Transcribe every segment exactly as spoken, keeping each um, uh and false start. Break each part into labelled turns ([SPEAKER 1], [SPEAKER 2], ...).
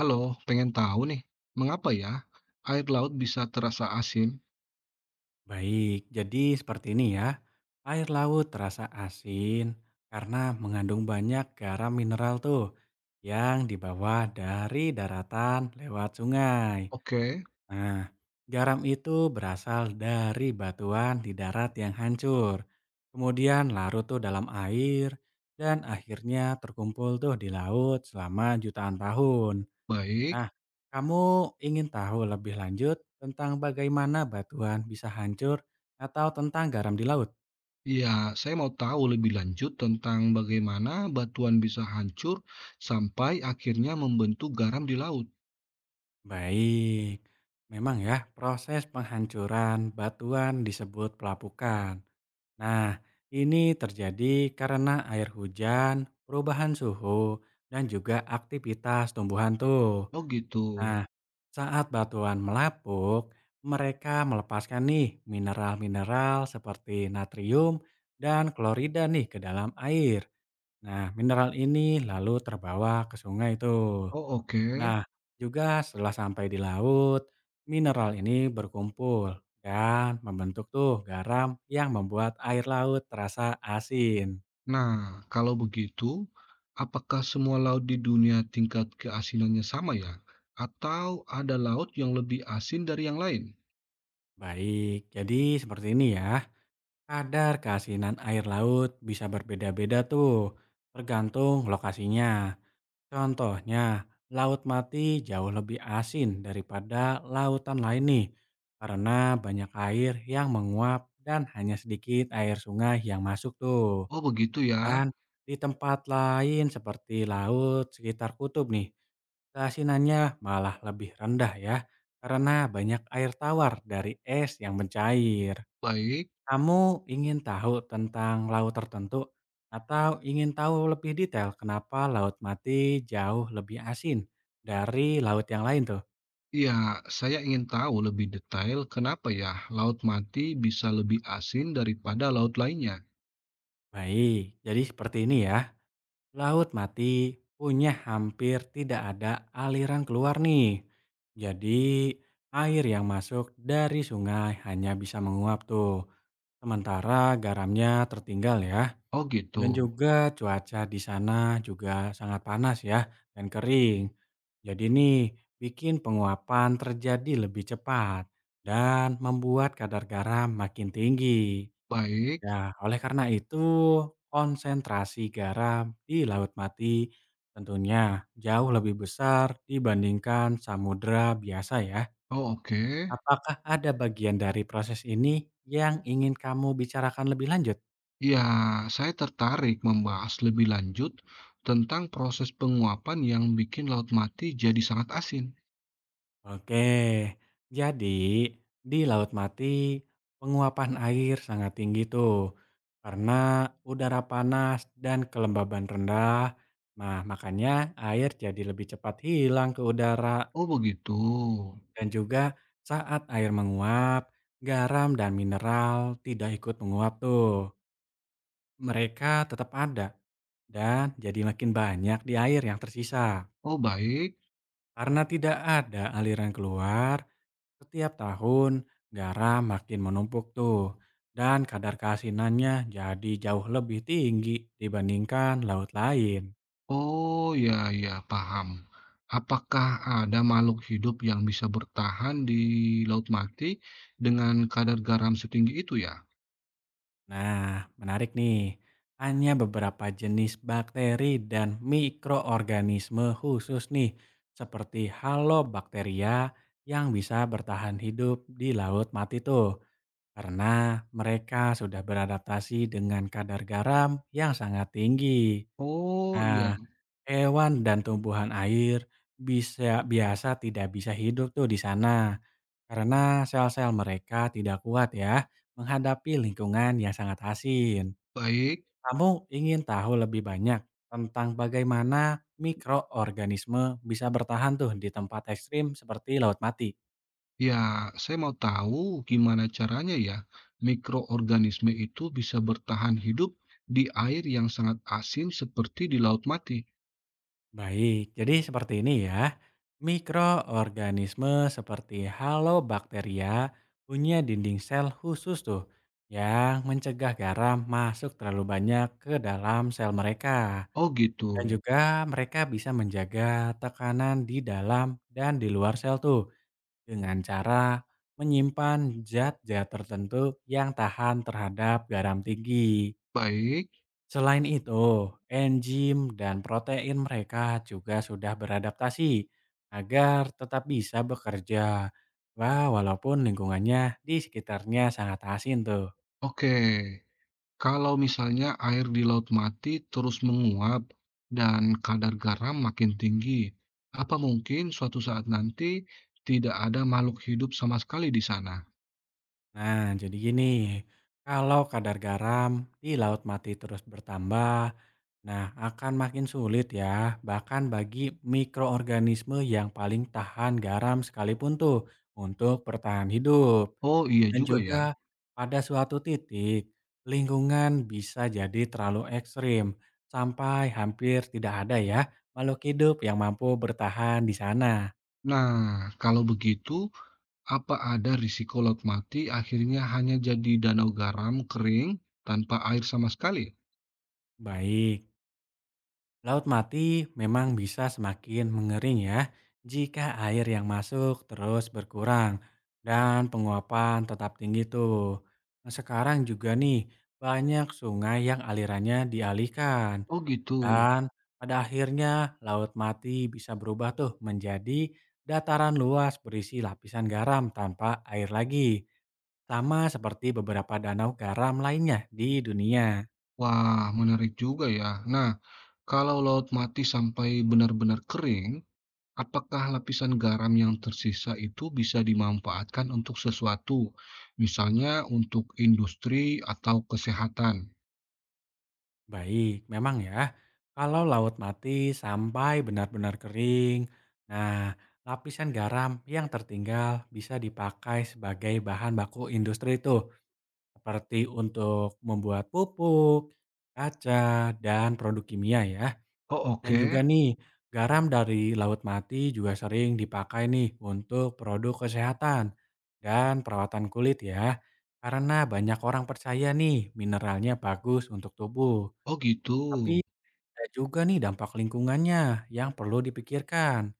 [SPEAKER 1] Halo, pengen tahu nih, mengapa ya air laut bisa terasa asin?
[SPEAKER 2] Baik, jadi seperti ini ya. Air laut terasa asin karena mengandung banyak garam mineral tuh yang dibawa dari daratan lewat sungai.
[SPEAKER 1] Oke,
[SPEAKER 2] Nah, garam itu berasal dari batuan di darat yang hancur. Kemudian larut tuh dalam air dan akhirnya terkumpul tuh di laut selama jutaan tahun.
[SPEAKER 1] baik.
[SPEAKER 2] Nah, kamu ingin tahu lebih lanjut tentang bagaimana batuan bisa hancur atau tentang garam di laut?
[SPEAKER 1] Ya, saya mau tahu lebih lanjut tentang bagaimana batuan bisa hancur sampai akhirnya membentuk garam di laut.
[SPEAKER 2] Baik, memang ya proses penghancuran batuan disebut pelapukan. Nah, ini terjadi karena air hujan, perubahan suhu, dan juga aktivitas tumbuhan tuh.
[SPEAKER 1] Oh gitu.
[SPEAKER 2] Nah, saat batuan melapuk, mereka melepaskan nih mineral-mineral seperti natrium dan klorida nih ke dalam air. Nah, mineral ini lalu terbawa ke sungai itu.
[SPEAKER 1] Oh oke.
[SPEAKER 2] Nah, juga setelah sampai di laut, mineral ini berkumpul dan membentuk tuh garam yang membuat air laut terasa asin.
[SPEAKER 1] Nah, kalau begitu, apakah semua laut di dunia tingkat keasinannya sama ya? Atau ada laut yang lebih asin dari yang lain?
[SPEAKER 2] Baik, jadi seperti ini ya. Kadar keasinan air laut bisa berbeda-beda tuh, tergantung lokasinya. Contohnya, laut mati jauh lebih asin daripada lautan lain nih, karena banyak air yang menguap dan hanya sedikit air sungai yang masuk tuh.
[SPEAKER 1] Oh begitu ya.
[SPEAKER 2] Dan di tempat lain seperti laut sekitar kutub nih, keasinannya malah lebih rendah ya, karena banyak air tawar dari es yang mencair.
[SPEAKER 1] Baik.
[SPEAKER 2] Kamu ingin tahu tentang laut tertentu atau ingin tahu lebih detail kenapa laut mati jauh lebih asin dari laut yang lain tuh?
[SPEAKER 1] Iya, saya ingin tahu lebih detail kenapa ya Laut Mati bisa lebih asin daripada laut lainnya.
[SPEAKER 2] Baik, jadi seperti ini ya. Laut mati punya hampir tidak ada aliran keluar nih. Jadi air yang masuk dari sungai hanya bisa menguap tuh. Sementara garamnya tertinggal ya.
[SPEAKER 1] Oh gitu.
[SPEAKER 2] Dan juga cuaca di sana juga sangat panas ya dan kering. Jadi nih bikin penguapan terjadi lebih cepat dan membuat kadar garam makin tinggi.
[SPEAKER 1] Baik.
[SPEAKER 2] Ya, oleh karena itu konsentrasi garam di Laut Mati tentunya jauh lebih besar dibandingkan samudra biasa ya.
[SPEAKER 1] Oh oke.
[SPEAKER 2] Apakah ada bagian dari proses ini yang ingin kamu bicarakan lebih lanjut?
[SPEAKER 1] Ya, saya tertarik membahas lebih lanjut tentang proses penguapan yang bikin Laut Mati jadi sangat asin.
[SPEAKER 2] Oke, jadi di Laut Mati penguapan air sangat tinggi tuh karena udara panas dan kelembaban rendah. Nah, makanya air jadi lebih cepat hilang ke udara
[SPEAKER 1] Oh begitu.
[SPEAKER 2] dan juga saat air menguap, garam dan mineral tidak ikut menguap tuh. Mereka tetap ada dan jadi makin banyak di air yang tersisa
[SPEAKER 1] Oh baik.
[SPEAKER 2] karena tidak ada aliran keluar. Setiap tahun, garam makin menumpuk tuh, dan kadar keasinannya jadi jauh lebih tinggi dibandingkan laut lain.
[SPEAKER 1] Oh ya ya paham. Apakah ada makhluk hidup yang bisa bertahan di Laut Mati dengan kadar garam setinggi itu ya?
[SPEAKER 2] Nah, menarik nih, hanya beberapa jenis bakteri dan mikroorganisme khusus nih, seperti halobakteria yang bisa bertahan hidup di laut mati tuh. Karena mereka sudah beradaptasi dengan kadar garam yang sangat tinggi.
[SPEAKER 1] Oh, iya,
[SPEAKER 2] Nah, hewan dan tumbuhan air bisa biasa tidak bisa hidup tuh di sana karena sel-sel mereka tidak kuat ya menghadapi lingkungan yang sangat asin.
[SPEAKER 1] baik.
[SPEAKER 2] Kamu ingin tahu lebih banyak tentang bagaimana mikroorganisme bisa bertahan tuh di tempat ekstrim seperti laut mati?
[SPEAKER 1] Ya, saya mau tahu gimana caranya ya mikroorganisme itu bisa bertahan hidup di air yang sangat asin seperti di laut mati.
[SPEAKER 2] Baik, jadi seperti ini ya. Mikroorganisme seperti halobakteria punya dinding sel khusus tuh yang mencegah garam masuk terlalu banyak ke dalam sel mereka.
[SPEAKER 1] Oh, gitu.
[SPEAKER 2] Dan juga mereka bisa menjaga tekanan di dalam dan di luar sel tuh dengan cara menyimpan zat-zat tertentu yang tahan terhadap garam tinggi.
[SPEAKER 1] Baik.
[SPEAKER 2] Selain itu, enzim dan protein mereka juga sudah beradaptasi agar tetap bisa bekerja. Wah, walaupun lingkungannya di sekitarnya sangat asin tuh.
[SPEAKER 1] Oke. Kalau misalnya air di laut mati terus menguap dan kadar garam makin tinggi, apa mungkin suatu saat nanti tidak ada makhluk hidup sama sekali di sana?
[SPEAKER 2] Nah, jadi gini, kalau kadar garam di laut mati terus bertambah, nah akan makin sulit ya, bahkan bagi mikroorganisme yang paling tahan garam sekalipun tuh untuk bertahan hidup.
[SPEAKER 1] Oh, iya
[SPEAKER 2] Dan
[SPEAKER 1] juga ya.
[SPEAKER 2] juga pada suatu titik, lingkungan bisa jadi terlalu ekstrim sampai hampir tidak ada ya makhluk hidup yang mampu bertahan di sana.
[SPEAKER 1] Nah, kalau begitu, apa ada risiko laut mati akhirnya hanya jadi danau garam kering tanpa air sama sekali?
[SPEAKER 2] Baik, laut mati memang bisa semakin mengering ya jika air yang masuk terus berkurang dan penguapan tetap tinggi tuh. Nah, sekarang juga nih banyak sungai yang alirannya dialihkan.
[SPEAKER 1] Oh gitu.
[SPEAKER 2] Dan pada akhirnya Laut Mati bisa berubah tuh menjadi dataran luas berisi lapisan garam tanpa air lagi. Sama seperti beberapa danau garam lainnya di dunia.
[SPEAKER 1] Wah, menarik juga ya. Nah, kalau laut mati sampai benar-benar kering, apakah lapisan garam yang tersisa itu bisa dimanfaatkan untuk sesuatu, misalnya untuk industri atau kesehatan?
[SPEAKER 2] Baik, memang ya. Kalau Laut Mati sampai benar-benar kering, nah lapisan garam yang tertinggal bisa dipakai sebagai bahan baku industri tuh. Seperti untuk membuat pupuk, kaca, dan produk kimia ya.
[SPEAKER 1] Oh
[SPEAKER 2] Dan juga
[SPEAKER 1] oke.
[SPEAKER 2] nih, garam dari laut mati juga sering dipakai nih untuk produk kesehatan dan perawatan kulit ya. Karena banyak orang percaya nih mineralnya bagus untuk tubuh.
[SPEAKER 1] Oh gitu.
[SPEAKER 2] Tapi ada juga nih dampak lingkungannya yang perlu dipikirkan.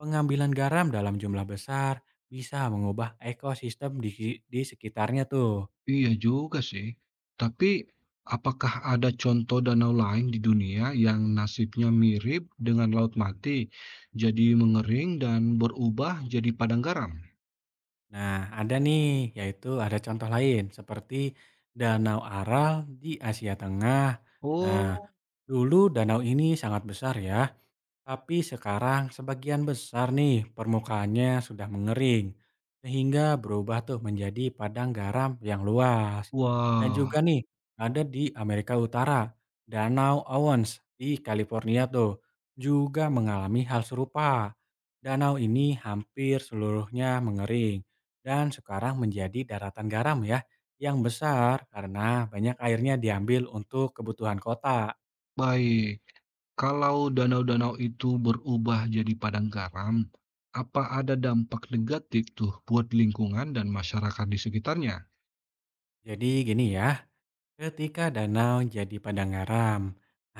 [SPEAKER 2] Pengambilan garam dalam jumlah besar bisa mengubah ekosistem di, si, di sekitarnya tuh.
[SPEAKER 1] Iya juga sih. Tapi apakah ada contoh danau lain di dunia yang nasibnya mirip dengan Laut Mati, jadi mengering dan berubah jadi padang garam?
[SPEAKER 2] Nah, ada nih, yaitu ada contoh lain seperti Danau Aral di Asia Tengah. Nah,
[SPEAKER 1] Oh,
[SPEAKER 2] dulu danau ini sangat besar ya, tapi sekarang sebagian besar nih permukaannya sudah mengering sehingga berubah tuh menjadi padang garam yang luas. Dan
[SPEAKER 1] wah,
[SPEAKER 2] juga nih ada di Amerika Utara, Danau Owens di California tuh juga mengalami hal serupa. Danau ini hampir seluruhnya mengering dan sekarang menjadi daratan garam ya yang besar karena banyak airnya diambil untuk kebutuhan kota.
[SPEAKER 1] baik. Kalau danau-danau itu berubah jadi padang garam, apa ada dampak negatif tuh buat lingkungan dan masyarakat di sekitarnya?
[SPEAKER 2] Jadi gini ya, ketika danau jadi padang garam,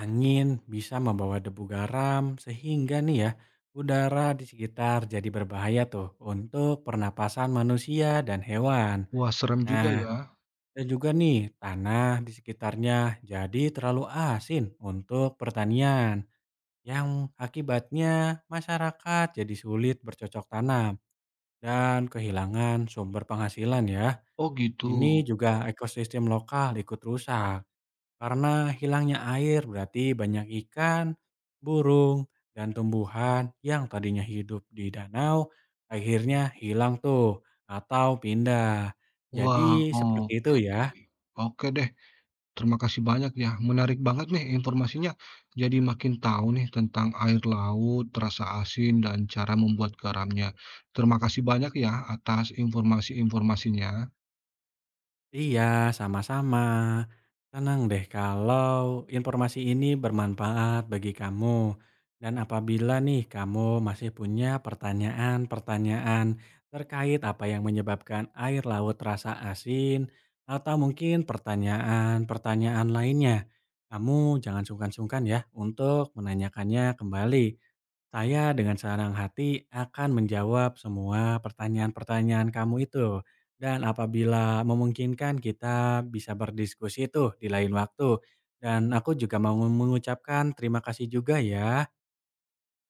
[SPEAKER 2] angin bisa membawa debu garam sehingga nih ya, udara di sekitar jadi berbahaya tuh untuk pernapasan manusia dan hewan.
[SPEAKER 1] Wah, serem juga
[SPEAKER 2] Nah,
[SPEAKER 1] ya.
[SPEAKER 2] dan juga nih tanah di sekitarnya jadi terlalu asin untuk pertanian yang akibatnya masyarakat jadi sulit bercocok tanam dan kehilangan sumber penghasilan ya.
[SPEAKER 1] Oh gitu.
[SPEAKER 2] Ini juga ekosistem lokal ikut rusak. Karena hilangnya air berarti banyak ikan, burung, dan tumbuhan yang tadinya hidup di danau akhirnya hilang tuh atau pindah.
[SPEAKER 1] Wah,
[SPEAKER 2] Jadi seperti itu
[SPEAKER 1] oke deh.
[SPEAKER 2] ya.
[SPEAKER 1] Oke deh. Terima kasih banyak ya, menarik banget nih informasinya. Jadi makin tahu nih tentang air laut, rasa asin, dan cara membuat garamnya. Terima kasih banyak ya atas informasi-informasinya.
[SPEAKER 2] Iya, sama-sama. Senang deh kalau informasi ini bermanfaat bagi kamu. Dan apabila nih kamu masih punya pertanyaan-pertanyaan terkait apa yang menyebabkan air laut terasa asin, atau mungkin pertanyaan-pertanyaan lainnya, kamu jangan sungkan-sungkan ya untuk menanyakannya kembali. Saya dengan senang hati akan menjawab semua pertanyaan-pertanyaan kamu itu. Dan apabila memungkinkan kita bisa berdiskusi tuh di lain waktu. Dan aku juga mau mengucapkan terima kasih juga ya.